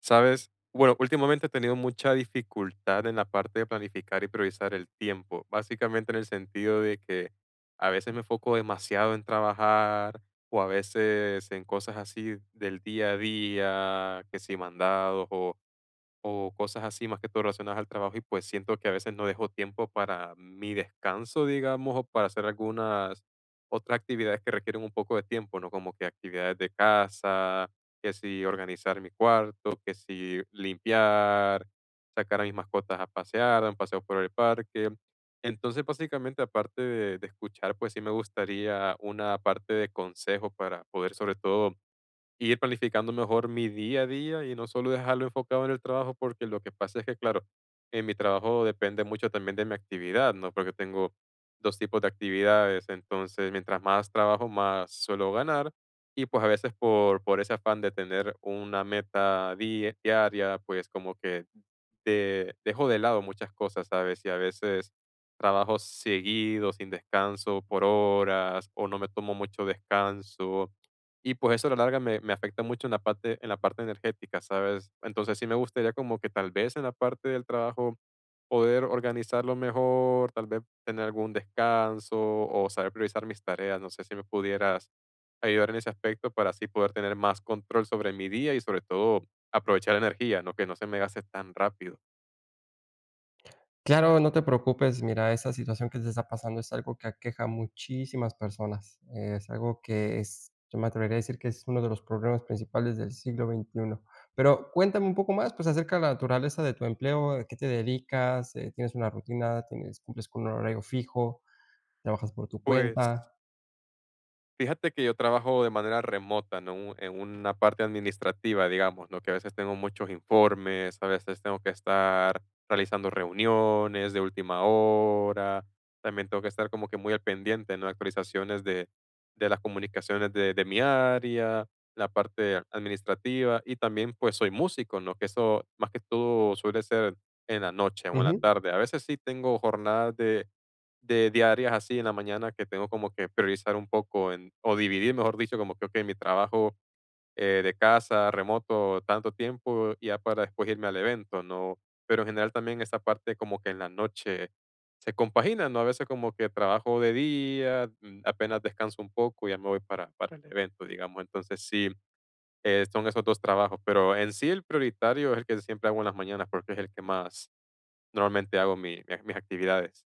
Sabes, bueno, últimamente he tenido mucha dificultad en la parte de planificar y priorizar el tiempo, básicamente en el sentido de que a veces me foco demasiado en trabajar o a veces en cosas así del día a día, que si mandados o cosas así, más que todo relacionadas al trabajo, y pues siento que a veces no dejo tiempo para mi descanso, digamos, o para hacer algunas otras actividades que requieren un poco de tiempo, ¿no? Como que actividades de casa, que si organizar mi cuarto, que si limpiar, sacar a mis mascotas a pasear, dar un paseo por el parque. Entonces, básicamente, aparte de escuchar, pues sí me gustaría una parte de consejo para poder sobre todo y ir planificando mejor mi día a día y no solo dejarlo enfocado en el trabajo, porque lo que pasa es que, claro, en mi trabajo depende mucho también de mi actividad, ¿no? Porque tengo dos tipos de actividades, entonces mientras más trabajo, más suelo ganar. Y pues a veces por ese afán de tener una meta diaria, pues como que de dejo de lado muchas cosas, ¿sabes? Y a veces trabajo seguido, sin descanso, por horas, o no me tomo mucho descanso. Y pues eso a la larga me afecta mucho en la parte energética, ¿sabes? Entonces sí me gustaría como que tal vez en la parte del trabajo poder organizarlo mejor, tal vez tener algún descanso o saber priorizar mis tareas. No sé si me pudieras ayudar en ese aspecto para así poder tener más control sobre mi día y sobre todo aprovechar la energía, ¿no? Que no se me gaste tan rápido. Claro, no te preocupes. Mira, esa situación que te está pasando es algo que aqueja a muchísimas personas. Es algo que es, yo me atrevería a decir que es uno de los problemas principales del siglo XXI. Pero cuéntame un poco más, pues, acerca de la naturaleza de tu empleo, ¿a qué te dedicas? ¿Tienes una rutina? ¿Tienes cumples con un horario fijo? ¿Trabajas por tu Pues, cuenta? fíjate que yo trabajo de manera remota, ¿no? En una parte administrativa, digamos, ¿no? Que a veces tengo muchos informes, a veces tengo que estar realizando reuniones de última hora, también tengo que estar como que muy al pendiente, ¿no? Actualizaciones de las comunicaciones de mi área, la parte administrativa y también pues soy músico, ¿no? Que eso más que todo suele ser en la noche o en la tarde. A veces sí tengo jornadas de diarias así en la mañana que tengo como que priorizar un poco en, o dividir, mejor dicho, como que, ok, mi trabajo de casa, remoto, tanto tiempo, y ya para después irme al evento, ¿no? Pero en general también esa parte como que en la noche se compagina, ¿no? A veces como que trabajo de día, apenas descanso un poco y ya me voy para el evento, digamos. Entonces sí, son esos dos trabajos, pero en sí el prioritario es el que siempre hago en las mañanas porque es el que más normalmente hago mis actividades.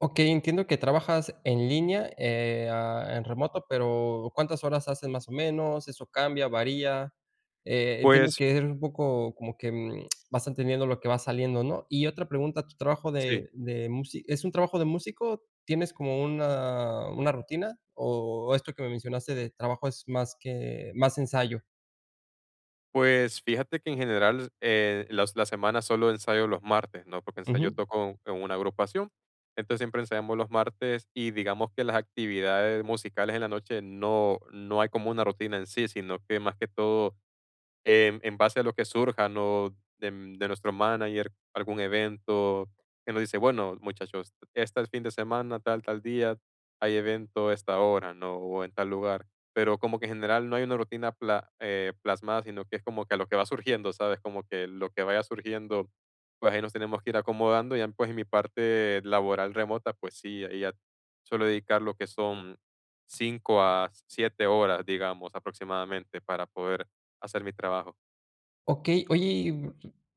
Ok, entiendo que trabajas en línea, en remoto, pero ¿cuántas horas haces más o menos? ¿Eso cambia, varía? Entiendo Pues que eres un poco como que vas entendiendo lo que va saliendo, ¿no? Y otra pregunta, ¿tu trabajo sí. de músico es un trabajo de músico? ¿Tienes como una rutina? ¿O esto que me mencionaste de trabajo es más que más ensayo? Pues fíjate que en general las, la semana solo ensayo los martes, ¿no? Porque ensayo, yo Ujú. toco en una agrupación, entonces siempre ensayamos los martes y digamos que las actividades musicales en la noche no hay como una rutina en sí, sino que más que todo en base a lo que surja, ¿no? Dem De nuestro manager, algún evento que nos dice: "Bueno, muchachos, este fin de semana, tal, tal día, hay evento a esta hora, ¿no? O en tal lugar". Pero como que en general no hay una rutina plasmada, sino que es como que a lo que va surgiendo, ¿sabes? Como que lo que vaya surgiendo, pues ahí nos tenemos que ir acomodando. Ya, pues, en mi parte laboral remota, pues sí, ahí ya suelo dedicar lo que son 5 a 7 horas, digamos, aproximadamente, para poder hacer mi trabajo. Ok, oye, y,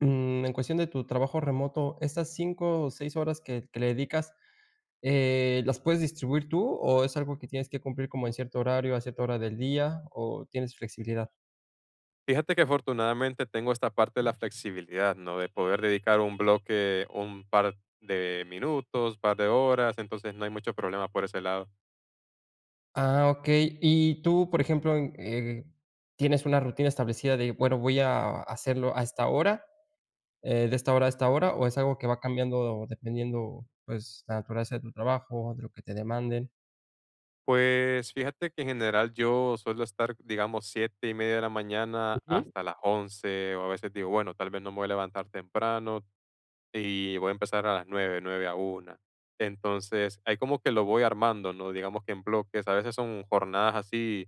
en cuestión de tu trabajo remoto, estas 5 o 6 horas que le dedicas, ¿las puedes distribuir tú o es algo que tienes que cumplir como en cierto horario, a cierta hora del día o tienes flexibilidad? Fíjate que afortunadamente tengo esta parte de la flexibilidad, ¿no? De poder dedicar un bloque, un par de minutos, par de horas, entonces no hay mucho problema por ese lado. Ah, okey. Y tú, por ejemplo, ¿tienes una rutina establecida de, bueno, voy a hacerlo a esta hora, de esta hora a esta hora, o es algo que va cambiando dependiendo, pues, la naturaleza de tu trabajo, de lo que te demanden? Pues fíjate que en general yo suelo estar, digamos, siete y media de la mañana Ujú, hasta las 11, o a veces digo, bueno, tal vez no me voy a levantar temprano, y voy a empezar a las 9 a una. Entonces, ahí como que lo voy armando, ¿no? Digamos que en bloques, a veces son jornadas así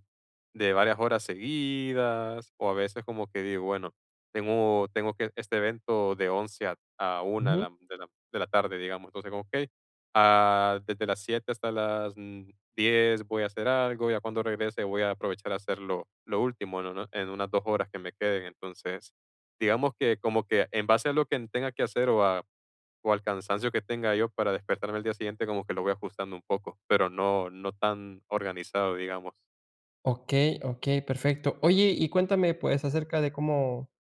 de varias horas seguidas, o a veces como que digo, bueno, tengo que este evento de 11 a una de ujú. la, de la tarde, digamos. Entonces, como, ok, ah, desde las 7 hasta las 10 voy a hacer algo, ya cuando regrese voy a aprovechar a hacer lo último, ¿no? En unas dos horas que me queden. Entonces, digamos que como que en base a lo que tenga que hacer o al cansancio que tenga yo para despertarme al día siguiente, como que lo voy ajustando un poco, pero no tan organizado, digamos. Okey, okey, perfecto. Oye, y cuéntame, pues, acerca de cómo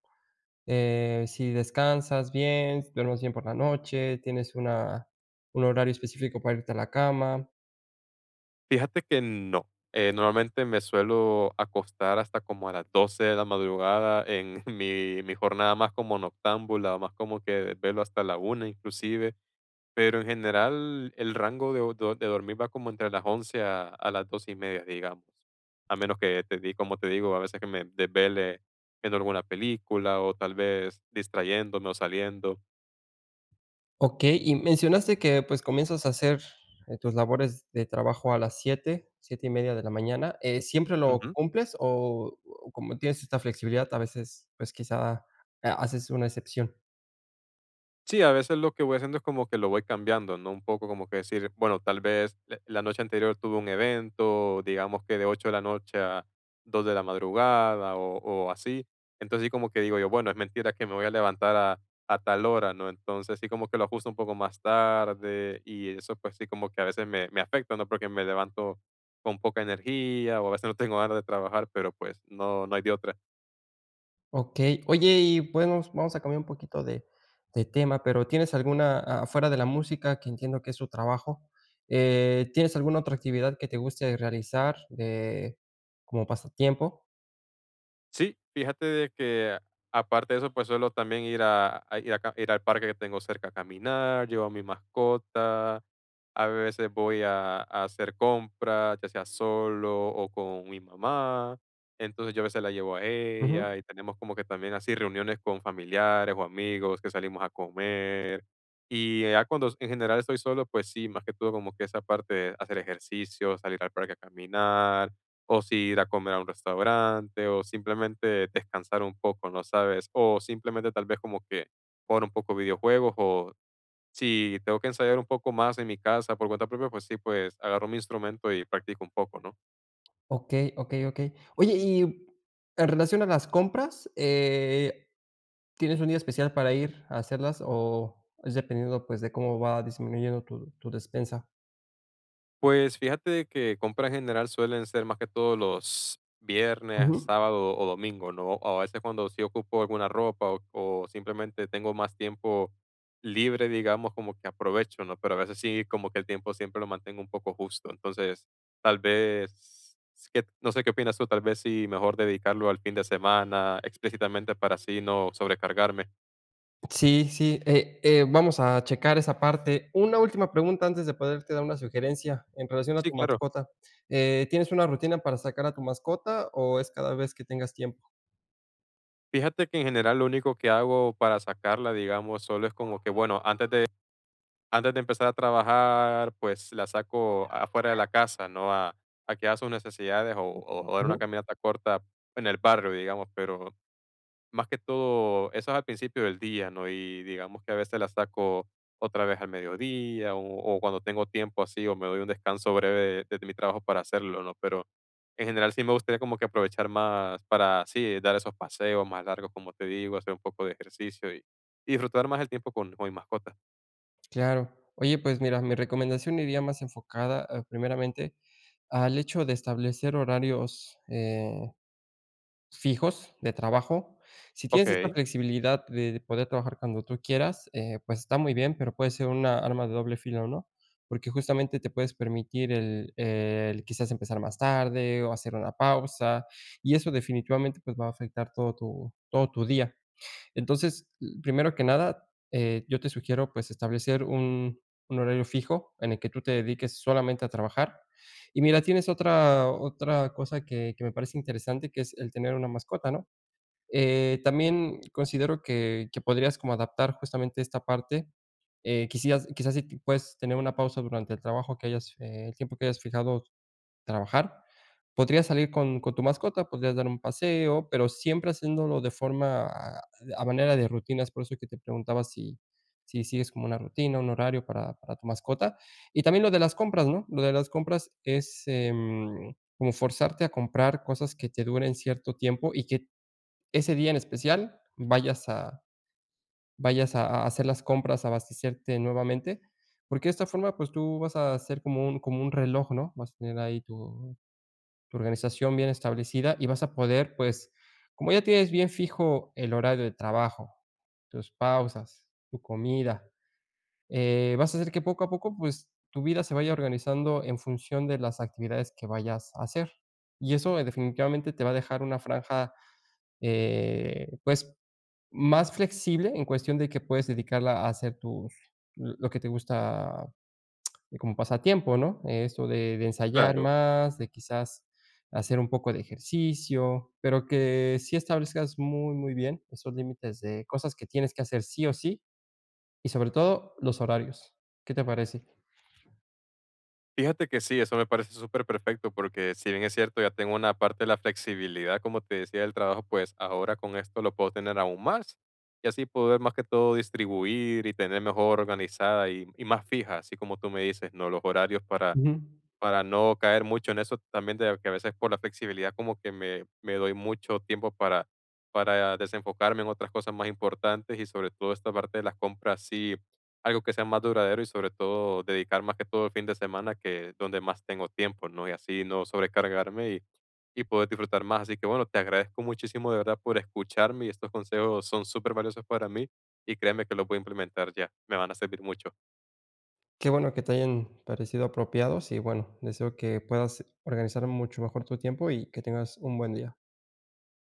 Si descansas bien, si duermes bien por la noche, tienes una un horario específico para irte a la cama. Fíjate que no, normalmente me suelo acostar hasta como a las 12 de la madrugada en mi jornada más como noctámbula, más como que desvelo hasta la una inclusive. Pero en general, el rango de dormir va como entre las 11 a las 2:30, digamos. A menos que te di como te digo, a veces que me desvele viendo alguna película o tal vez distrayéndome o saliendo. Okey, y mencionaste que, pues, comienzas a hacer, tus labores de trabajo a las 7, 7 y media de la mañana, ¿siempre lo Ujú. cumples o como tienes esta flexibilidad, a veces, pues, quizá, ha haces una excepción? Sí, a veces lo que voy haciendo es como que lo voy cambiando, ¿no? Un poco como que decir, bueno, tal vez la noche anterior tuve un evento, digamos que de 8 de la noche a 2 de la madrugada o así. Entonces sí como que digo yo, bueno, es mentira que me voy a levantar a tal hora, ¿no? Entonces sí como que lo ajusto un poco más tarde y eso pues sí como que a veces me afecta, ¿no? Porque me levanto con poca energía o a veces no tengo ganas de trabajar, pero pues no, no hay de otra. Okey. Oye, y bueno, vamos a cambiar un poquito de tema, pero, ¿tienes alguna a afuera de la música, que entiendo que es su trabajo, tienes alguna otra actividad que te guste realizar de como pasatiempo? Sí, fíjate de que aparte de eso, pues suelo también ir ir al parque que tengo cerca a caminar, llevo a mi mascota, a veces voy a hacer compras, ya sea solo o con mi mamá, entonces yo a veces la llevo a Ujú. ella y tenemos como que también así reuniones con familiares o amigos que salimos a comer. Y ya cuando en general estoy solo, pues sí, más que todo como que esa parte de hacer ejercicio, salir al parque a caminar o si ir a comer a un restaurante, o simplemente descansar un poco, ¿no sabes? O simplemente tal vez como que jugar un poco videojuegos, o si tengo que ensayar un poco más en mi casa por cuenta propia, pues sí, pues agarro mi instrumento y practico un poco, ¿no? Okey, okey, okey. Oye, y en relación a las compras, ¿tienes un día especial para ir a hacerlas o es dependiendo, pues, de cómo va disminuyendo tu despensa? Pues fíjate de que compras en general suelen ser más que todo los viernes, Ujú. sábado o domingo, ¿no? O a veces cuando sí ocupo alguna ropa o simplemente tengo más tiempo libre, digamos, como que aprovecho, ¿no? Pero a veces sí como que el tiempo siempre lo mantengo un poco justo. Entonces, tal vez, no sé qué opinas tú, tal vez sí mejor dedicarlo al fin de semana explícitamente para así no sobrecargarme. Sí, sí, vamos a checar esa parte. Una última pregunta antes de poderte dar una sugerencia en relación a Sí, tu claro. mascota, ¿tienes una rutina para sacar a tu mascota o es cada vez que tengas tiempo? Fíjate que en general lo único que hago para sacarla, digamos, solo es como que, bueno, antes de empezar a trabajar, pues, la saco afuera de la casa, ¿no? A que haga sus necesidades o dar una Ujú, caminata corta en el barrio, digamos, pero más que todo, eso es al principio del día, ¿no? Y digamos que a veces la saco otra vez al mediodía o cuando tengo tiempo así o me doy un descanso breve de mi trabajo para hacerlo, ¿no? Pero en general sí me gustaría como que aprovechar más para, sí, dar esos paseos más largos, como te digo, hacer un poco de ejercicio y disfrutar más el tiempo con mi mascota. claro. Oye, pues mira, mi recomendación iría más enfocada, primeramente, al hecho de establecer horarios, fijos de trabajo. Si tienes esta Okey, flexibilidad de poder trabajar cuando tú quieras, pues está muy bien, pero puede ser una arma de doble filo, ¿no? Porque justamente te puedes permitir el quizás empezar más tarde o hacer una pausa, y eso definitivamente, pues, va a afectar todo tu día. Entonces, primero que nada, yo te sugiero, pues, establecer un horario fijo en el que tú te dediques solamente a trabajar. Y mira, tienes otra otra cosa que me parece interesante, que es el tener una mascota, ¿no? También considero que podrías como adaptar justamente esta parte, quisieras quizás si te- puedes tener una pausa durante el trabajo que hayas, el tiempo que hayas fijado trabajar, podrías salir con tu mascota, podrías dar un paseo, pero siempre haciéndolo de forma a manera de rutinas. Por eso es que te preguntaba si si sigues como una rutina, un horario para tu mascota. Y también lo de las compras, ¿no? Lo de las compras es, como forzarte a comprar cosas que te duren cierto tiempo y que ese día en especial vayas a vayas a hacer las compras, a abastecerte nuevamente, porque de esta forma, pues, tú vas a hacer como un reloj, ¿no? Vas a tener ahí tu tu organización bien establecida y vas a poder, pues, como ya tienes bien fijo el horario de trabajo, tus pausas, tu comida, vas a hacer que poco a poco, pues, tu vida se vaya organizando en función de las actividades que vayas a hacer. Y eso, definitivamente te va a dejar una franja, pues, más flexible en cuestión de que puedes dedicarla a hacer tus lo que te gusta como pasatiempo, ¿no? Esto de ensayar claro. más, de quizás hacer un poco de ejercicio, pero que sí establezcas muy, muy bien esos límites de cosas que tienes que hacer sí o sí, y sobre todo los horarios. ¿Qué te parece? Fíjate que sí, eso me parece súper perfecto porque si bien es cierto, ya tengo una parte de la flexibilidad, como te decía, del trabajo, pues ahora con esto lo puedo tener aún más y así poder más que todo distribuir y tener mejor organizada y más fija, así como tú me dices, ¿no? Los horarios Ujú. para no caer mucho en eso también de que a veces por la flexibilidad como que me doy mucho tiempo para desenfocarme en otras cosas más importantes y sobre todo esta parte de las compras, sí, algo que sea más duradero y sobre todo dedicar más que todo el fin de semana, que donde más tengo tiempo, ¿no? Y así no sobrecargarme y poder disfrutar más. Así que bueno, te agradezco muchísimo de verdad por escucharme y estos consejos son supervaliosos para mí y créeme que los voy a implementar ya, me van a servir mucho. Qué bueno que te hayan parecido apropiados y bueno, deseo que puedas organizar mucho mejor tu tiempo y que tengas un buen día.